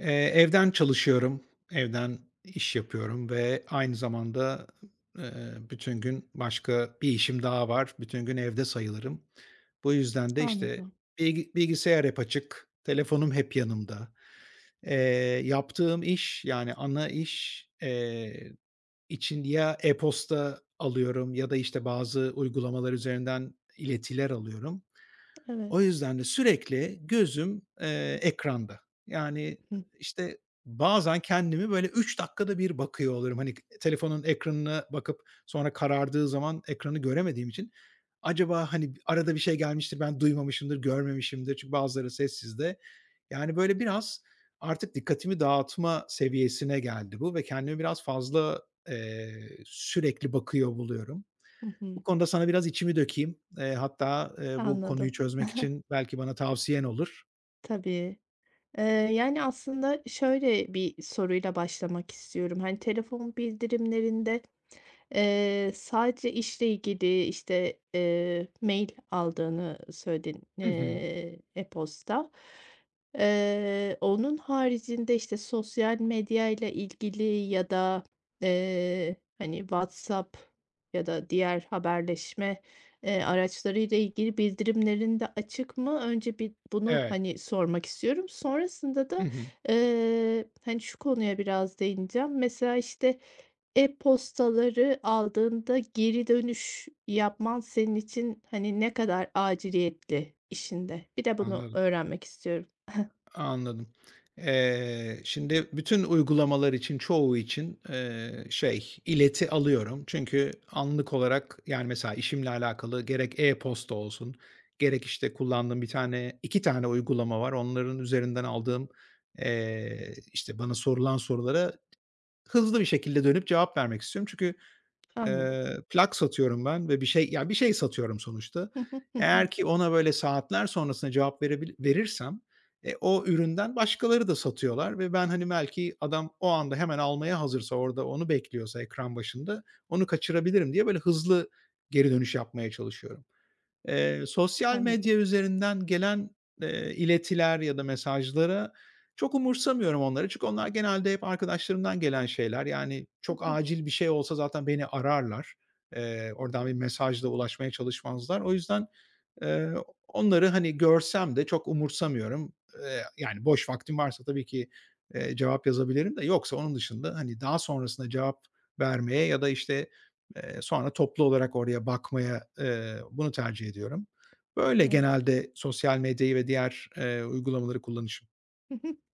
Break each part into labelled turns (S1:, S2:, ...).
S1: Eee, Evden çalışıyorum, evden iş yapıyorum ve aynı zamanda, eee, bütün gün başka bir işim daha var. Bütün gün evde sayılırım. Bu yüzden de, işte,
S2: Anladım.
S1: bilgisayar hep açık, telefonum hep yanımda. Yaptığım iş, yani ana iş, için ya e-posta alıyorum ya da, işte, bazı uygulamalar üzerinden iletiler alıyorum.
S2: Evet.
S1: O yüzden de sürekli gözüm, ekranda. Yani,
S2: Hı,
S1: işte, bazen kendimi böyle 3 dakikada bir bakıyor olurum. Hani, telefonun ekranına bakıp sonra karardığı zaman ekranı göremediğim için acaba, hani, arada bir şey gelmiştir, ben duymamışımdır, görmemişimdir çünkü bazıları sessizde. Yani, böyle biraz artık dikkatimi dağıtma seviyesine geldi bu ve kendimi biraz fazla, eee, sürekli bakıyor buluyorum.
S2: hı
S1: Bu
S2: hı.
S1: konuda sana biraz içimi dökeyim. Hatta, bu konuyu
S2: Anladım.
S1: çözmek için belki bana tavsiyen olur.
S2: Tabii. Eee, yani aslında şöyle bir soruyla başlamak istiyorum. Hani telefon bildirimlerinde sadece işle ilgili, işte, mail aldığını söyledin,
S1: Hı hı.
S2: e-posta. Onun haricinde, işte, sosyal medya ile ilgili ya da, hani, WhatsApp ya da diğer haberleşme, araçları ile ilgili bildirimlerin de açık mı? Önce bir bunu,
S1: Evet.
S2: hani, sormak istiyorum. Sonrasında
S1: Hı
S2: da,
S1: hı.
S2: hani, şu konuya biraz değineceğim. Mesela, işte, e-postaları aldığında geri dönüş yapman senin için, hani, ne kadar aciliyetli işinde? Bir de bunu
S1: Anladım.
S2: öğrenmek istiyorum.
S1: Anladım. Şimdi bütün uygulamalar için, çoğu için, şey, ileti alıyorum. Çünkü anlık olarak, yani, mesela işimle alakalı gerek e-posta olsun, gerek, işte, kullandığım bir tane 2 tane uygulama var. Onların üzerinden aldığım, işte, bana sorulan sorulara hızlı bir şekilde dönüp cevap vermek istiyorum. Çünkü
S2: Anladım.
S1: Plak satıyorum ben ve bir şey, ya, bir şey satıyorum sonuçta.
S2: Hı hı. Hı hı.
S1: Eğer ki ona böyle saatler sonrasında cevap verirsem, e, o üründen başkaları da satıyorlar ve ben, hani, belki adam o anda hemen almaya hazırsa, orada onu bekliyorsa ekran başında onu kaçırabilirim diye böyle hızlı geri dönüş yapmaya çalışıyorum. Sosyal
S2: Anlıyorum.
S1: medya üzerinden gelen, iletiler ya da mesajlara çok umursamıyorum onları. Çünkü onlar genelde hep arkadaşlarımdan gelen şeyler. Yani çok
S2: Hı hı.
S1: acil bir şey olsa zaten beni ararlar. Oradan bir mesajla ulaşmaya çalışmazlar. O yüzden, eee, onları, hani, görsem de çok umursamıyorum. Yani boş vaktim varsa tabii ki, cevap yazabilirim de yoksa onun dışında, hani, daha sonrasında cevap vermeye ya da, işte, sonra toplu olarak oraya bakmaya, bunu tercih ediyorum. Böyle
S2: Evet.
S1: genelde sosyal medyayı ve diğer, uygulamaları kullanışım.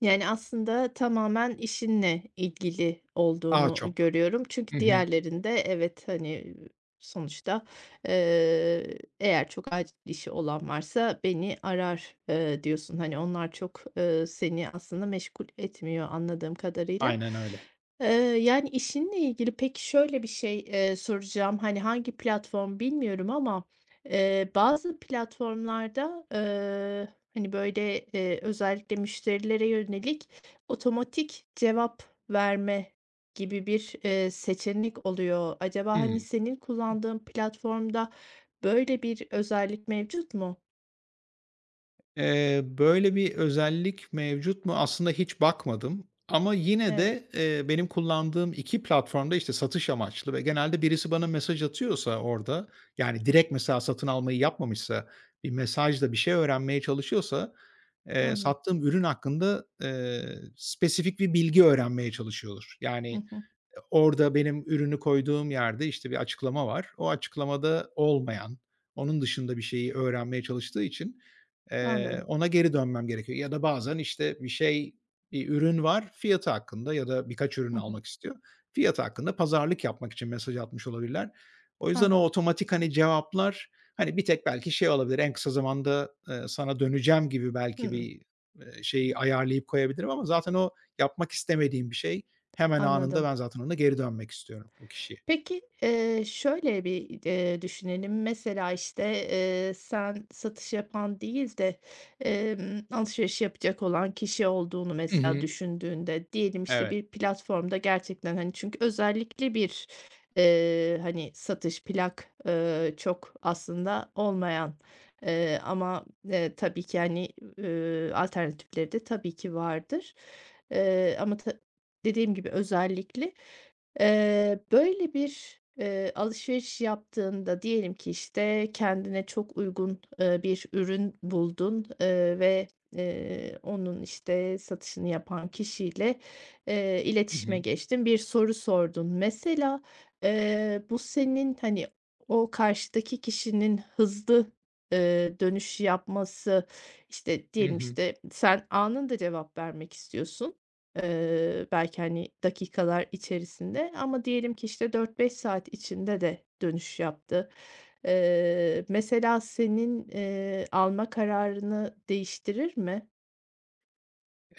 S2: Yani, aslında tamamen işinle ilgili
S1: Daha
S2: olduğunu
S1: çok.
S2: görüyorum. Çünkü
S1: Hı hı.
S2: diğerlerinde evet, hani, sonuçta, eğer çok acil işi olan varsa beni arar, diyorsun. Hani, onlar çok, seni aslında meşgul etmiyor anladığım kadarıyla.
S1: Aynen öyle.
S2: Eee, yani, işinle ilgili peki şöyle bir şey, soracağım. Hani, hangi platform bilmiyorum ama, bazı platformlarda, hani, böyle, özellikle müşterilere yönelik otomatik cevap verme gibi bir, seçenek oluyor. Acaba,
S1: Hıı.
S2: hani, senin kullandığın platformda böyle bir özellik mevcut mu?
S1: Böyle bir özellik mevcut mu? Aslında hiç bakmadım ama yine
S2: Evet,
S1: de, benim kullandığım 2 platformda, işte, satış amaçlı ve genelde birisi bana mesaj atıyorsa orada, yani, direkt mesela satın almayı yapmamışsa, bir mesajla bir şey öğrenmeye çalışıyorsa,
S2: anladım.
S1: sattığım ürün hakkında, spesifik bir bilgi öğrenmeye çalışıyordur.
S2: Hı
S1: Yani,
S2: hı,
S1: e, orada benim ürünü koyduğum yerde, işte, bir açıklama var. O açıklamada olmayan, onun dışında bir şeyi öğrenmeye çalıştığı için,
S2: anladım.
S1: ona geri dönmem gerekiyor ya da bazen, işte, bir şey, bir ürün var, fiyatı hakkında ya da birkaç ürün
S2: Hı hı,
S1: almak istiyor. Fiyatı hakkında pazarlık yapmak için mesaj atmış olabilirler. O yüzden o
S2: anladım.
S1: otomatik, hani, cevaplar, hani, bir tek belki şey olabilir, en kısa zamanda, sana döneceğim gibi belki
S2: Hımm,
S1: bir, şeyi ayarlayıp koyabilirim ama zaten o yapmak istemediğim bir şey. Hemen anında
S2: anladım.
S1: ben zaten ona geri dönmek istiyorum o kişiye.
S2: Peki, şöyle bir, düşünelim. Mesela, işte, sen satış yapan değil de, alışveriş yapacak olan kişi olduğunu
S1: Hı
S2: mesela
S1: hı.
S2: düşündüğünde, diyelim, işte,
S1: Evet.
S2: bir platformda gerçekten, hani, çünkü özellikle bir, hani, satış plak, çok aslında olmayan, ama, tabii ki, hani, alternatifleri de tabii ki vardır. Ama dediğim gibi özellikle böyle bir, alışveriş yaptığında diyelim ki, işte, kendine çok uygun, bir ürün buldun, ve, onun, işte, satışını yapan kişiyle,
S1: Hı
S2: iletişime
S1: hı.
S2: geçtin, bir soru sordun. Mesela, bu senin, hani, o karşıdaki kişinin hızlı, dönüş yapması, işte,
S1: Hı
S2: diyelim,
S1: hı.
S2: işte, sen anında cevap vermek istiyorsun. Belki, hani, dakikalar içerisinde ama diyelim ki, işte, 4-5 saat içinde de dönüş yaptı. Mesela senin, alma kararını değiştirir mi?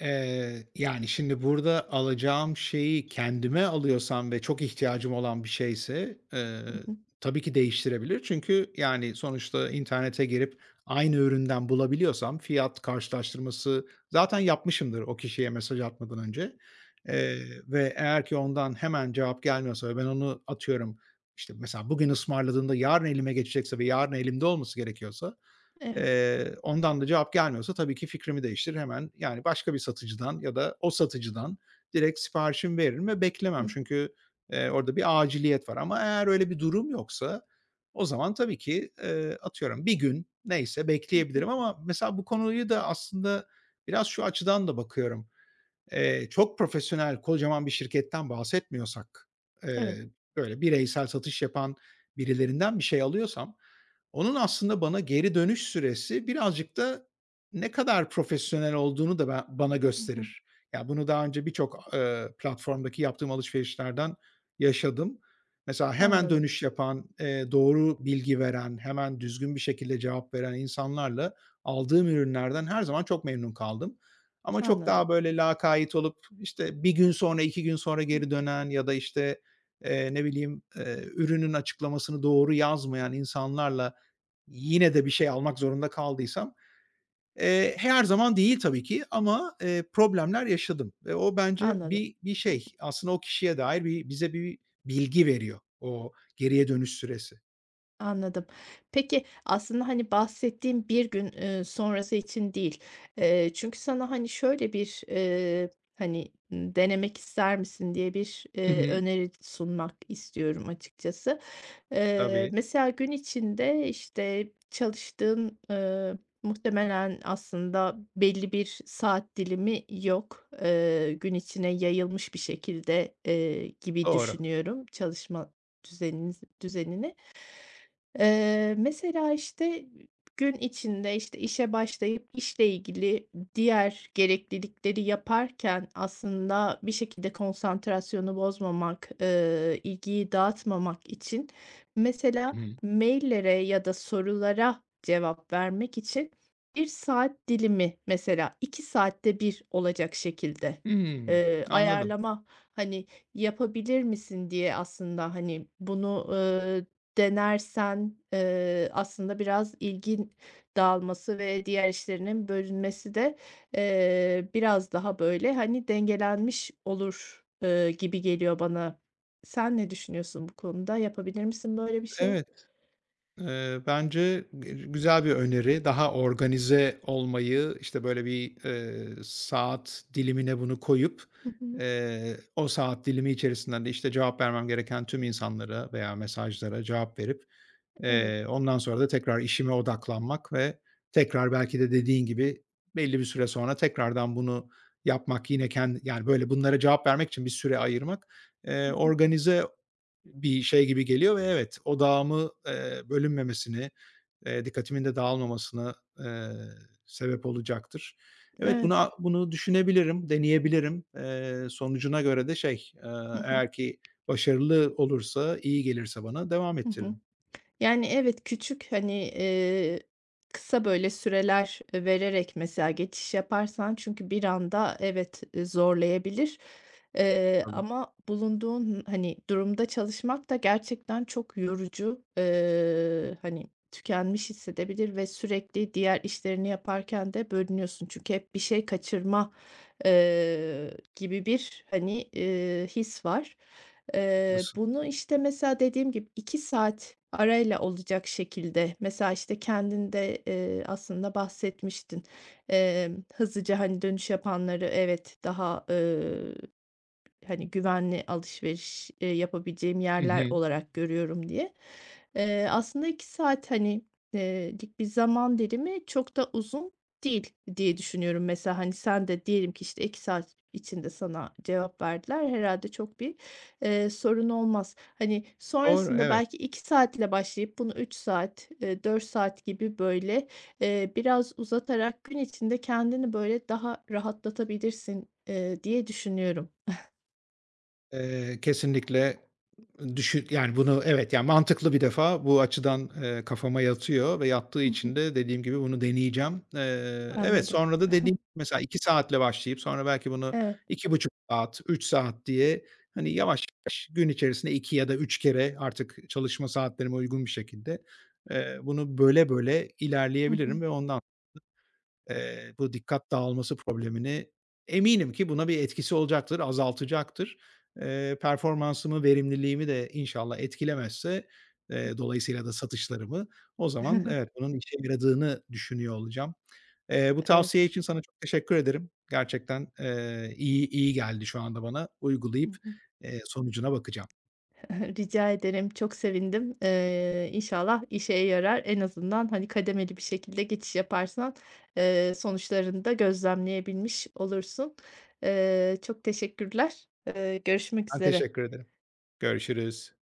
S1: Yani, şimdi burada alacağım şeyi kendime alıyorsam ve çok ihtiyacım olan bir şeyse,
S2: Hı hı.
S1: tabii ki değiştirebilir. Çünkü, yani, sonuçta internete girip aynı üründen bulabiliyorsam fiyat karşılaştırması zaten yapmışımdır o kişiye mesaj atmadan önce, eee, ve eğer ki ondan hemen cevap gelmiyorsa ve ben onu atıyorum, işte, mesela bugün ısmarladığında yarın elime geçecekse ve yarın elimde olması gerekiyorsa.
S2: Evet.
S1: Ondan da cevap gelmiyorsa tabii ki fikrimi değiştirir. Hemen, yani, başka bir satıcıdan ya da o satıcıdan direkt siparişimi veririm ve
S2: Hı
S1: beklemem.
S2: hı.
S1: Çünkü, orada bir aciliyet var ama eğer öyle bir durum yoksa o zaman tabii ki, atıyorum bir gün neyse
S2: Hı hı.
S1: bekleyebilirim ama mesela bu konuyu da aslında biraz şu açıdan da bakıyorum. Çok profesyonel, kocaman bir şirketten bahsetmiyorsak,
S2: Evet.
S1: eee, böyle bireysel satış yapan birilerinden bir şey alıyorsam, onun aslında bana geri dönüş süresi birazcık da ne kadar profesyonel olduğunu da ben bana
S2: Hı hı.
S1: gösterir. Ya, bunu daha önce birçok, platformdaki yaptığım alışverişlerden yaşadım. Mesela hemen
S2: Anladım,
S1: dönüş yapan, doğru bilgi veren, hemen düzgün bir şekilde cevap veren insanlarla aldığım ürünlerden her zaman çok memnun kaldım. Ama çok
S2: anladım.
S1: daha böyle lakayt olup, işte, bir gün sonra, 2 gün sonra geri
S2: Hı.
S1: dönen ya da, işte, ne bileyim, ürünün açıklamasını doğru yazmayan insanlarla yine de bir şey almak zorunda kaldıysam, her zaman değil tabii ki ama, problemler yaşadım ve o bence
S2: Anladım.
S1: bir şey, aslında o kişiye dair bir bilgi veriyor o geriye dönüş süresi.
S2: Anladım. Peki, aslında, hani, bahsettiğim bir gün, sonrası için değil. Çünkü sana, hani, şöyle bir, hani, "Denemek ister misin?" diye bir,
S1: Hı hı.
S2: öneri sunmak istiyorum açıkçası. Eee,
S1: Tabii.
S2: mesela gün içinde, işte, çalıştığın, muhtemelen aslında belli bir saat dilimi yok. Gün içine yayılmış bir şekilde, gibi
S1: Doğru.
S2: düşünüyorum çalışma düzenini. Mesela, işte, gün içinde, işte, işe başlayıp işle ilgili diğer gereklilikleri yaparken aslında bir şekilde konsantrasyonu bozmamak, ilgiyi dağıtmamak için
S1: Hı
S2: mesela
S1: hı.
S2: maillere ya da sorulara cevap vermek için bir saat dilimi mesela 2 saatte bir olacak şekilde,
S1: Hımm. Anladım.
S2: ayarlama, hani, yapabilir misin diye aslında, hani, bunu, denersen, aslında biraz ilgin dağılması ve diğer işlerinin bölünmesi de, biraz daha, böyle, hani, dengelenmiş olur, gibi geliyor bana. Sen ne düşünüyorsun bu konuda? Yapabilir misin böyle bir şey?
S1: Evet. Bence güzel bir öneri. Daha organize olmayı, işte, böyle, bir, saat dilimine bunu koyup,
S2: Hı hı.
S1: o saat dilimi içerisinde de, işte, cevap vermem gereken tüm insanlara veya mesajlara cevap verip,
S2: Evet.
S1: ondan sonra da tekrar işime odaklanmak ve tekrar belki de dediğin gibi belli bir süre sonra tekrardan bunu yapmak, yine kendi yani, böyle, bunlara cevap vermek için bir süre ayırmak,
S2: Hı hı.
S1: organize bir şey gibi geliyor ve evet, odağımı, bölünmemesini, dikkatimin de dağılmamasına, eee, sebep olacaktır. Evet,
S2: Evet.
S1: bunu düşünebilirim, deneyebilirim. Sonucuna göre de şey,
S2: Hı hı.
S1: eğer ki başarılı olursa, iyi gelirse bana devam
S2: Hı hı.
S1: ettiririm.
S2: Yani, evet, küçük, hani, kısa böyle süreler vererek mesela geçiş yaparsan çünkü bir anda evet, zorlayabilir. Eee,
S1: Anladım.
S2: ama bulunduğun, hani, durumda çalışmak da gerçekten çok yorucu. Hani, tükenmiş hissedebilir ve sürekli diğer işlerini yaparken de bölünüyorsun. Çünkü hep bir şey kaçırma, gibi bir, hani, his var. Eee,
S1: Haklısın.
S2: bunu, işte, mesela dediğim gibi 2 saat arayla olacak şekilde mesela, işte, kendin de, aslında bahsetmiştin. Hızlıca, hani, dönüş yapanları evet, daha, hani, güvenli alışveriş, yapabileceğim
S1: Hı
S2: yerler
S1: hı.
S2: olarak görüyorum diye. Aslında 2 saat, hani, lik bir zaman dilimi çok da uzun değil diye düşünüyorum. Mesela, hani, sen de diyelim ki, işte, 2 saat içinde sana cevap verdiler. Herhalde çok bir, sorun olmaz. Hani,
S1: Doğru,
S2: sonrasında
S1: evet.
S2: belki 2 saatle başlayıp bunu 3 saat, 4 saat gibi, böyle, biraz uzatarak gün içinde kendini, böyle, daha rahatlatabilirsin, diye düşünüyorum.
S1: Kesinlikle düşün yani bunu evet, yani mantıklı bir defa bu açıdan, kafama yatıyor ve yattığı
S2: Hı hı.
S1: için de dediğim gibi bunu deneyeceğim. Evet,
S2: Anladım.
S1: sonra da dediğim mesela 2 saatle başlayıp sonra belki bunu
S2: Evet.
S1: 2,5 saat, 3 saat diye, hani, yavaş yavaş gün içerisinde 2 ya da 3 kere artık çalışma saatlerime uygun bir şekilde, bunu böyle böyle
S2: Hı hı.
S1: ilerleyebilirim ve ondan. Bu dikkat dağılması problemini eminim ki buna bir etkisi olacaktır, azaltacaktır. Performansımı, verimliliğimi de inşallah etkilemezse, dolayısıyla da satışlarımı o zaman evet, bunun işe yaradığını düşünüyor olacağım. Bu tavsiye
S2: Evet.
S1: için sana çok teşekkür ederim. Gerçekten, iyi geldi şu anda bana.
S2: Hı
S1: Uygulayıp,
S2: hı.
S1: sonucuna bakacağım.
S2: Rica ederim. Çok sevindim. İnşallah işe yarar. En azından, hani, kademeli bir şekilde geçiş yaparsan, sonuçlarını da gözlemleyebilmiş olursun. Çok teşekkürler. Görüşmek
S1: Ben
S2: üzere.
S1: teşekkür ederim. Görüşürüz.